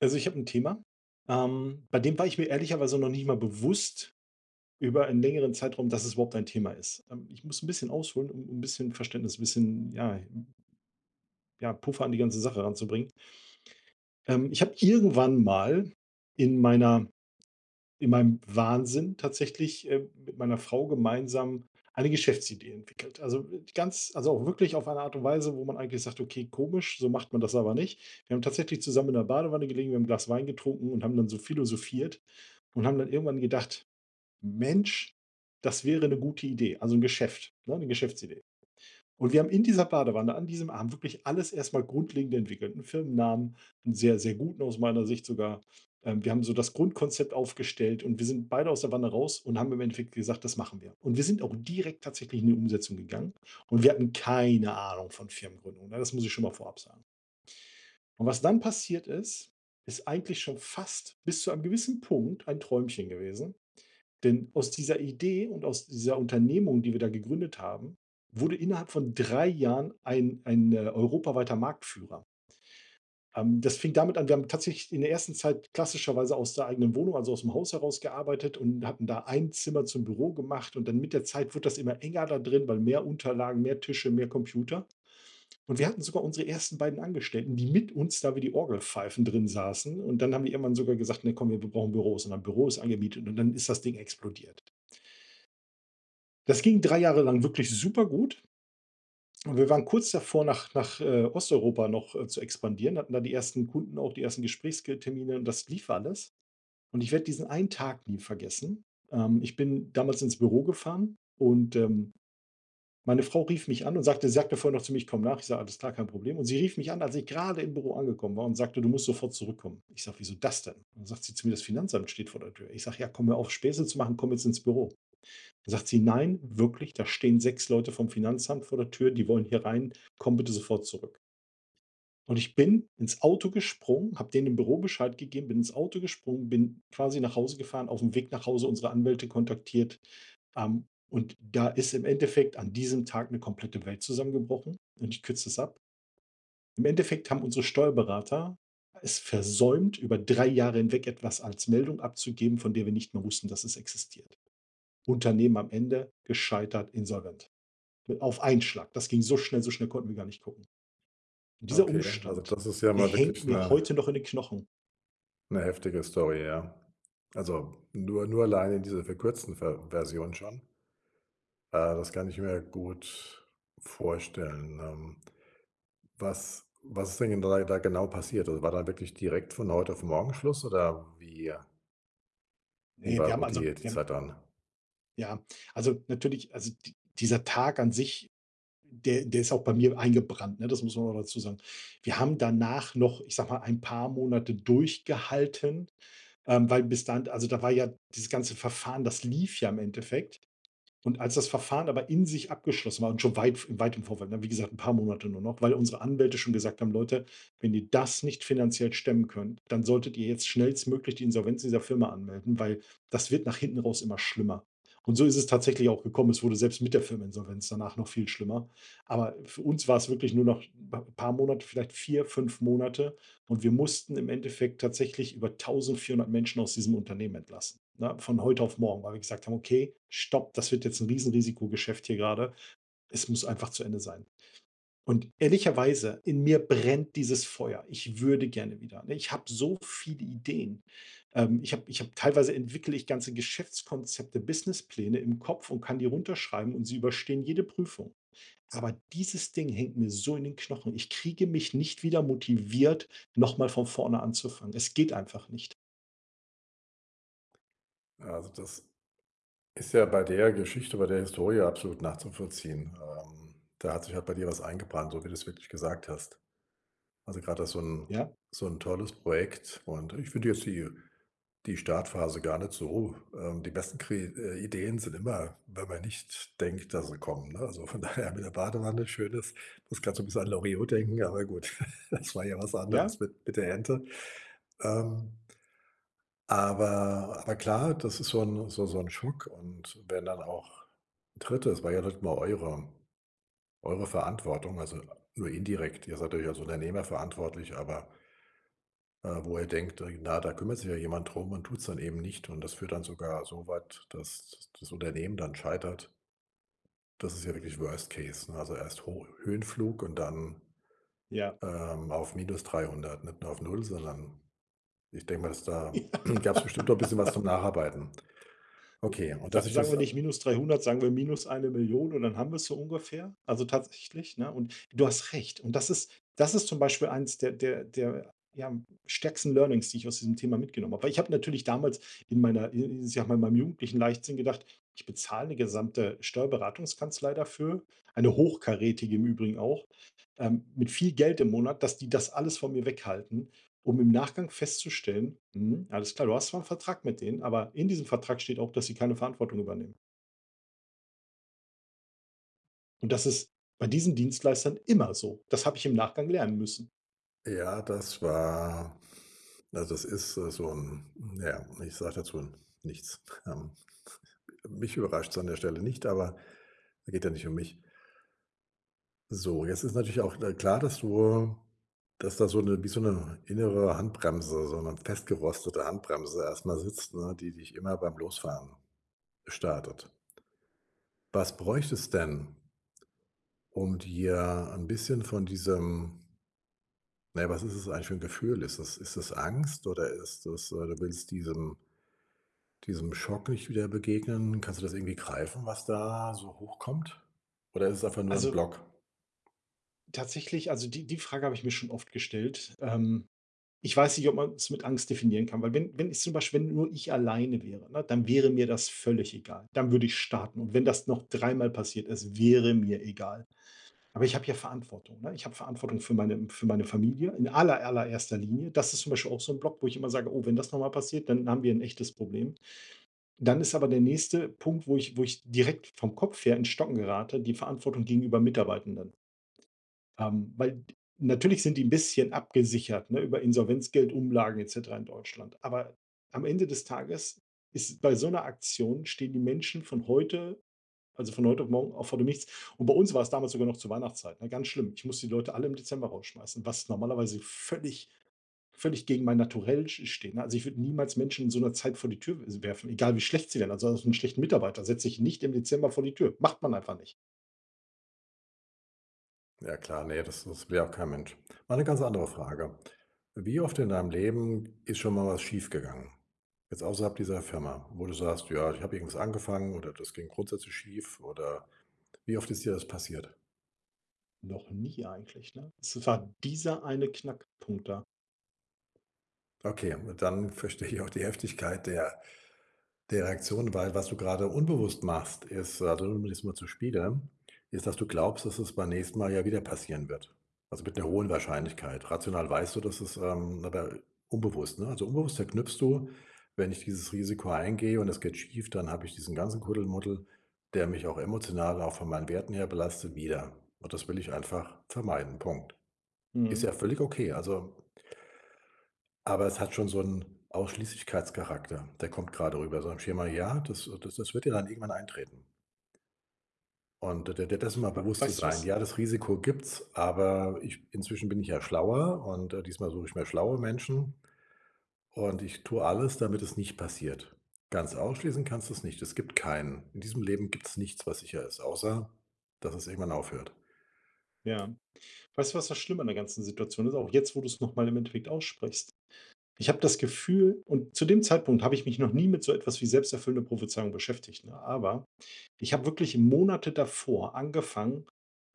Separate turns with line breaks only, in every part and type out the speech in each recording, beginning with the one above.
Also, ich habe ein Thema, bei dem war ich mir ehrlicherweise noch nicht mal bewusst über einen längeren Zeitraum, dass es überhaupt ein Thema ist. Ich muss ein bisschen ausholen, um 'n bisschen Verständnis, ein bisschen, ja ja, Puffer an die ganze Sache ranzubringen. Ich habe irgendwann mal in meiner in meinem Wahnsinn tatsächlich, mit meiner Frau gemeinsam eine Geschäftsidee entwickelt. Also, ganz also, auch wirklich auf eine Art und Weise, wo man eigentlich sagt: „Okay, komisch, so macht man das aber nicht.“ Wir haben tatsächlich zusammen in der Badewanne gelegen, wir haben 'n Glas Wein getrunken und haben dann so philosophiert und haben dann irgendwann gedacht: „Mensch, das wäre eine gute Idee.“ Also ein Geschäft, ne, eine Geschäftsidee. Und wir haben in dieser Badewanne an diesem Abend wirklich alles erstmal grundlegend entwickelt, 'n Firmennamen, 'n sehr, sehr guten aus meiner Sicht sogar. Wir haben so das Grundkonzept aufgestellt und wir sind beide aus der Wanne raus und haben im Endeffekt gesagt: „Das machen wir.“ Und wir sind auch direkt tatsächlich in die Umsetzung gegangen und wir hatten keine Ahnung von Firmengründung, ne? Das muss ich schon mal vorab sagen. Und was dann passiert ist, ist eigentlich schon fast bis zu einem gewissen Punkt ein Träumchen gewesen. Denn aus dieser Idee und aus dieser Unternehmung, die wir da gegründet haben, wurde innerhalb von 3 Jahren ein europaweiter Marktführer. Das fing damit an, wir haben tatsächlich in der ersten Zeit klassischerweise aus der eigenen Wohnung, also aus dem Haus heraus gearbeitet und hatten da ein Zimmer zum Büro gemacht und dann mit der Zeit wurde das immer enger da drin, weil mehr Unterlagen, mehr Tische, mehr Computer. Und wir hatten sogar unsere ersten beiden Angestellten, die mit uns da wie die Orgelpfeifen drin saßen und dann haben die irgendwann sogar gesagt: „Ne, komm, wir brauchen Büros.“ Und dann Büros angemietet und dann ist das Ding explodiert. Das ging 3 Jahre lang wirklich super gut und wir waren kurz davor, nach Osteuropa noch, zu expandieren, hatten da die ersten Kunden auch, die ersten Gesprächstermine und das lief alles. Und ich werde diesen einen Tag nie vergessen. Ich bin damals ins Büro gefahren und, meine Frau rief mich an und sagte sie sagte vorher noch zu mir: „Ich komme nach.“ Ich sage: „Alles klar, kein Problem.“ Und sie rief mich an, als ich gerade im Büro angekommen war und sagte: „Du musst sofort zurückkommen.“ Ich sage: „Wieso das denn?“ Und dann sagt sie zu mir: „Das Finanzamt steht vor der Tür.“ Ich sage: „Ja, komm, hör auf, Späße zu machen, komm jetzt ins Büro.“ Dann sagt sie: „Nein, wirklich, da stehen 6 Leute vom Finanzamt vor der Tür, die wollen hier rein. Komm bitte sofort zurück.“ Und ich bin ins Auto gesprungen, habe denen im Büro Bescheid gegeben, bin ins Auto gesprungen, bin quasi nach Hause gefahren, auf dem Weg nach Hause unsere Anwälte kontaktiert. Ähm, und da ist im Endeffekt an diesem Tag eine komplette Welt zusammengebrochen und ich kürze es ab. Im Endeffekt haben unsere Steuerberater es versäumt, über 3 Jahre hinweg etwas als Meldung abzugeben, von der wir nicht mehr wussten, dass es existiert. Unternehmen am Ende gescheitert, insolvent. Auf einen Schlag. Das ging so schnell konnten wir gar nicht gucken. Und dieser
Okay, also
Umstand,
das ist ja
der
mal
hängt
wirklich
mir heute
eine
noch in den Knochen.
'ne heftige Story, ja. Also, nur alleine in dieser verkürzten Version schon. Das kann ich mir gut vorstellen. Was ist denn da genau passiert? Also, war da wirklich direkt von heute auf morgen Schluss oder wie
Ne, wir
war
haben
so
also
die
wir haben
Zeit dann?
ja, also natürlich also di dieser Tag an sich, der ist auch bei mir eingebrannt, ne? Das muss man auch dazu sagen. Wir haben danach noch, ich sag mal, ein paar Monate durchgehalten, weil bis dann also da war ja dieses ganze Verfahren, das lief ja im Endeffekt. Und als das Verfahren aber in sich abgeschlossen war und schon weit weit im Vorfeld, ne, wie gesagt, ein paar Monate nur noch, weil unsere Anwälte schon gesagt haben: „Leute, wenn ihr das nicht finanziell stemmen könnt, dann solltet ihr jetzt schnellstmöglich die Insolvenz dieser Firma anmelden, weil das wird nach hinten raus immer schlimmer.“ Und so ist es tatsächlich auch gekommen. Es wurde selbst mit der Firmeninsolvenz danach noch viel schlimmer. Aber für uns war es wirklich nur noch ein paar Monate, vielleicht 4, 5 Monate und wir mussten im Endeffekt tatsächlich über 1.400 Menschen aus diesem Unternehmen entlassen, ne, von heute auf morgen, weil wir gesagt haben: „Okay, stopp, das wird jetzt 'n Riesenrisikogeschäft hier gerade. Es muss einfach zu Ende sein.“ Und ehrlicherweise, in mir brennt dieses Feuer. Ich würde gerne wieder, ne? Ich habe so viele Ideen. Ich habe teilweise entwickle ich ganze Geschäftskonzepte, Businesspläne im Kopf und kann die runterschreiben und sie überstehen jede Prüfung. Aber dieses Ding hängt mir so in den Knochen. Ich kriege mich nicht wieder motiviert, nochmal von vorne anzufangen. Es geht einfach nicht.
Also, das ist ja bei der Geschichte, bei der Historie absolut nachzuvollziehen. Da hat sich halt bei dir was eingebrannt, so wie du es wirklich gesagt hast. Also, gerade das ist so ein
Ja,
so ein tolles Projekt und ich finde jetzt die Startphase gar nicht so die besten kre Ideen sind immer, wenn man nicht denkt, dass sie kommen, ne? Also, von daher mit der Badewanne, schönes muss gerade so ein bisschen an Loriot denken, aber gut, das war ja was
ja,
anderes mit der Ente. Ähm, aber klar, das ist so ein so 'n Schock und wenn dann auch 'n Dritte, es war ja nicht mal eure Verantwortung, also, nur indirekt. Ihr seid ja als Unternehmer verantwortlich, aber wo er denkt, na, da kümmert sich ja jemand drum und tut's dann eben nicht. Und das führt dann sogar so weit, dass das Unternehmen dann scheitert. Das ist ja wirklich Worst Case, ne? Also erst Ho Höhenflug und dann,
ja.
auf minus 300, nicht nur auf null, sondern ich denke mal, dass da gab's bestimmt noch ein bisschen was zum Nacharbeiten. Okay, und dass
Sa
ich
sagen wir
das
nicht minus 300, sagen wir minus 1 Million, und dann haben wir es so ungefähr. Also, tatsächlich, ne? Und du hast recht. Und das ist zum Beispiel eins der, ja, stärksten Learnings, die ich aus diesem Thema mitgenommen habe. Weil ich habe natürlich damals in meiner in ich sage mal, in meinem jugendlichen Leichtsinn gedacht: „Ich bezahle eine gesamte Steuerberatungskanzlei dafür“, eine hochkarätige im Übrigen auch, mit viel Geld im Monat, dass die das alles von mir weghalten. Um im Nachgang festzustellen: „Mhm, alles klar, du hast zwar 'n Vertrag mit denen, aber in diesem Vertrag steht auch, dass sie keine Verantwortung übernehmen.“ Und das ist bei diesen Dienstleistern immer so. Das habe ich im Nachgang lernen müssen.
ja, das war also das ist, so ein, ja, ich sage dazu nichts. Mich überrascht's an der Stelle nicht, aber es geht ja nicht um mich. So, jetzt ist natürlich auch, klar, dass du dass da so eine wie so 'ne innere Handbremse, so eine festgerostete Handbremse erstmal sitzt, ne, die dich immer beim Losfahren startet. Was bräuchte es denn, um dir ein bisschen von diesem na ja, was ist es eigentlich für ein Gefühl? Ist es Angst oder ist es, du willst diesem Schock nicht wieder begegnen? Kannst du das irgendwie greifen, was da so hochkommt? Oder ist es einfach nur ein
Also,
Block?
tatsächlich also, die Frage habe ich mir schon oft gestellt. Ich weiß nicht, ob man es mit Angst definieren kann, weil wenn nur ich alleine wäre, ne, dann wäre mir das völlig egal. Dann würde ich starten. Und wenn das noch dreimal passiert, es wäre mir egal. Aber ich habe ja Verantwortung, ne? Ich habe Verantwortung für meine Familie in allererster Linie. Das ist zum Beispiel auch so ein Block, wo ich immer sage: „Oh, wenn das nochmal passiert, dann haben wir ein echtes Problem.“ Dann ist aber der nächste Punkt, wo ich direkt vom Kopf her ins Stocken gerate, die Verantwortung gegenüber Mitarbeitenden. Weil d natürlich sind die ein bisschen abgesichert, ne, über Insolvenzgeld, Umlagen et cetera in Deutschland. Aber am Ende des Tages ist bei so einer Aktion stehen die Menschen von heute also von heute auf morgen, auch vor dem Nichts. Und bei uns war es damals sogar noch zur Weihnachtszeit, ne, ganz schlimm. Ich musste die Leute alle im Dezember rausschmeißen, was normalerweise völlig völlig gegen mein Naturell steht, ne? Also, ich würde niemals Menschen in so einer Zeit vor die Tür werfen, egal wie schlecht sie wären. Also, auch 'n schlechten Mitarbeiter setze ich nicht im Dezember vor die Tür. Macht man einfach nicht.
Ja klar, nee, das will ja auch kein Mensch. Mal eine ganz andere Frage. Wie oft in deinem Leben ist schon mal was schiefgegangen? Jetzt außerhalb dieser Firma, wo du sagst: „Ja, ich habe irgendwas angefangen oder das ging grundsätzlich schief“ oder wie oft ist dir das passiert?
Noch nie eigentlich, ne? Es war dieser eine Knackpunkt da.
Okay, dann verstehe ich auch die Heftigkeit der die Reaktion, weil was du gerade unbewusst machst, ist, also um das mal zu spielen, ist, dass du glaubst, dass es beim nächsten Mal ja wieder passieren wird. Also mit einer hohen Wahrscheinlichkeit. Rational weißt du, dass es, aber unbewusst, ne? Also unbewusst verknüpfst du: „Wenn ich dieses Risiko eingehe und es geht schief, dann habe ich diesen ganzen Kuddelmuddel, der mich auch emotional, auch von meinen Werten her belastet, wieder. Und das will ich einfach vermeiden.“ Punkt. Ist
Mhm.
ja völlig okay. Also aber es hat schon so einen Ausschließlichkeitscharakter. Der kommt gerade rüber, so ein Schema, ja, das wird ja dann irgendwann eintreten. Und der, der dessen mal
We
bewusst zu
Weißt du
sein,
was?
ja, das Risiko gibt's, aber ich inzwischen bin ich ja schlauer und, diesmal suche ich mir schlaue Menschen und ich tue alles, damit es nicht passiert. Ganz ausschließen kannst du es nicht. Es gibt keinen in diesem Leben gibt's nichts, was sicher ist, außer dass es irgendwann aufhört.
Ja. Weißt du, was das Schlimme an der ganzen Situation ist? Auch jetzt, wo du's noch mal im Endeffekt aussprichst. Ich habe das Gefühl und zu dem Zeitpunkt habe ich mich noch nie mit so etwas wie selbsterfüllende Prophezeiung beschäftigt, ne? Aber ich habe wirklich Monate davor angefangen,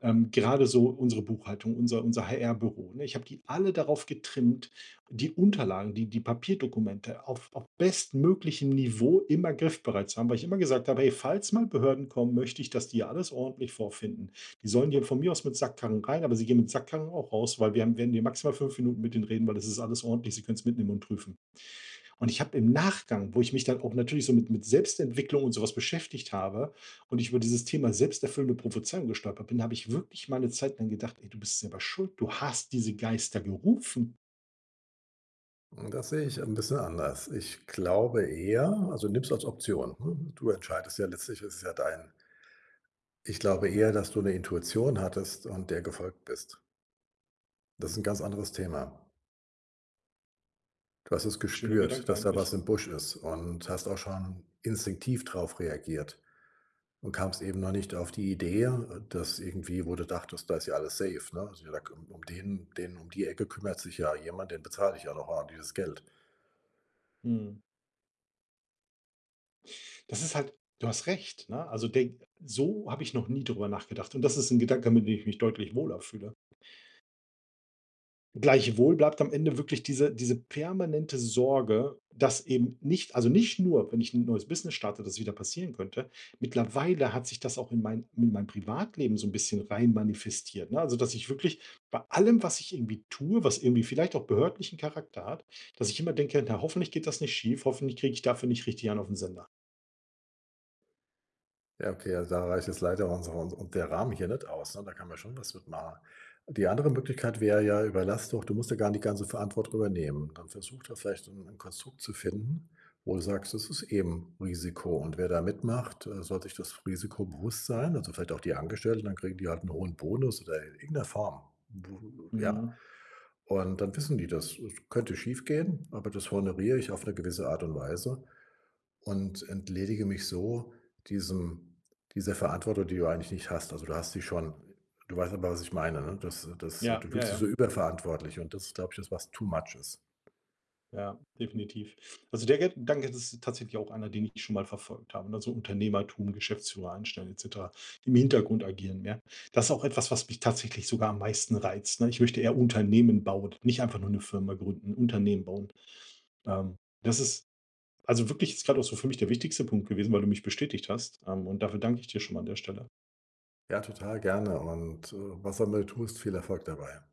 grade so unsere Buchhaltung, unser HR-Büro, ne? Ich habe die alle darauf getrimmt, die Unterlagen, die Papierdokumente auf bestmöglichem Niveau immer griffbereit zu haben, weil ich immer gesagt habe: „Hey, falls mal Behörden kommen, möchte ich, dass die alles ordentlich vorfinden.“ Die sollen dir von mir aus mit Sackkarren rein, aber sie gehen mit Sackkarren auch raus, weil wir haben werden hier maximal 5 Minuten mit denen reden, weil das ist alles ordentlich. Sie können es mitnehmen und prüfen. Und ich habe im Nachgang, wo ich mich dann auch natürlich so mit Selbstentwicklung und sowas beschäftigt habe und ich über dieses Thema selbsterfüllende Prophezeiung gestolpert bin, habe ich wirklich mal eine Zeit lang gedacht: „Ey, du bist selber schuld. Du hast diese Geister gerufen.“
Das sehe ich ein bisschen anders. Ich glaube eher, also nimm's als Option. Ne? Du entscheidest ja letztlich, ist es ja dein. Ich glaube eher, dass du eine Intuition hattest und der gefolgt bist. Das ist ein ganz anderes Thema. Du hast es
Schöner
gespürt,
Gedanke
dass da
eigentlich.
was im Busch ist und hast auch schon instinktiv drauf reagiert und kamst eben noch nicht auf die Idee, dass irgendwie, wo du dachtest, da ist ja alles safe. Ne? Also, ja, um den, um die Ecke kümmert sich ja jemand, den bezahle ich ja noch ordentliches Geld.
Mhm. Das ist halt du hast recht, ne? Also, denk so habe ich noch nie drüber nachgedacht und das ist ein Gedanke, mit dem ich mich deutlich wohler fühle. Gleichwohl bleibt am Ende wirklich diese permanente Sorge, dass eben nicht also nicht nur, wenn ich ein neues Business starte, das wieder passieren könnte. Mittlerweile hat sich das auch in mein Privatleben so ein bisschen rein manifestiert, ne? Also, dass ich wirklich bei allem, was ich irgendwie tue, was irgendwie vielleicht auch behördlichen Charakter hat, dass ich immer denke: „Na, hoffentlich geht das nicht schief, hoffentlich kriege ich dafür nicht richtig einen auf den Sender.“
Ja, okay, ja, da reicht jetzt leider unser und der Rahmen hier nicht aus, ne? Da kann man schon was mitmachen. Die andere Möglichkeit wäre ja, überlass doch du musst ja gar nicht die ganze Verantwortung übernehmen. Dann versuch da vielleicht ein 'n Konstrukt zu finden, wo du sagst, das ist eben Risiko und wer da mitmacht, soll sich das Risiko bewusst sein, also vielleicht auch die Angestellten, dann kriegen die halt einen hohen Bonus oder in irgend Form, w ja?
Mhm.
Und dann wissen die das. Es könnte schiefgehen, aber das honoriere ich auf eine gewisse Art und Weise und entledige mich so diesem dieser Verantwortung, die du eigentlich nicht hast. Also, du hast sie schon. Du weißt aber, was ich meine, ne? Das
Ja,
du
ja,
fühlst dich
ja.
so überverantwortlich und das ist, glaube ich, das, was too much ist.
Ja, definitiv. Also der Gedanke ist tatsächlich auch einer, den ich schon mal verfolgt habe. Also Unternehmertum, Geschäftsführer einstellen etc. Im Hintergrund agieren mehr. Das ist auch etwas, was mich tatsächlich sogar am meisten reizt. Ne? Ich möchte eher Unternehmen bauen, nicht einfach nur eine Firma gründen, ein Unternehmen bauen. Ähm, Das ist also wirklich jetzt gerade auch so für mich der wichtigste Punkt gewesen, weil du mich bestätigt hast. Und dafür danke ich dir schon mal an der Stelle.
Ja, total gerne und, was auch immer du tust, viel Erfolg dabei.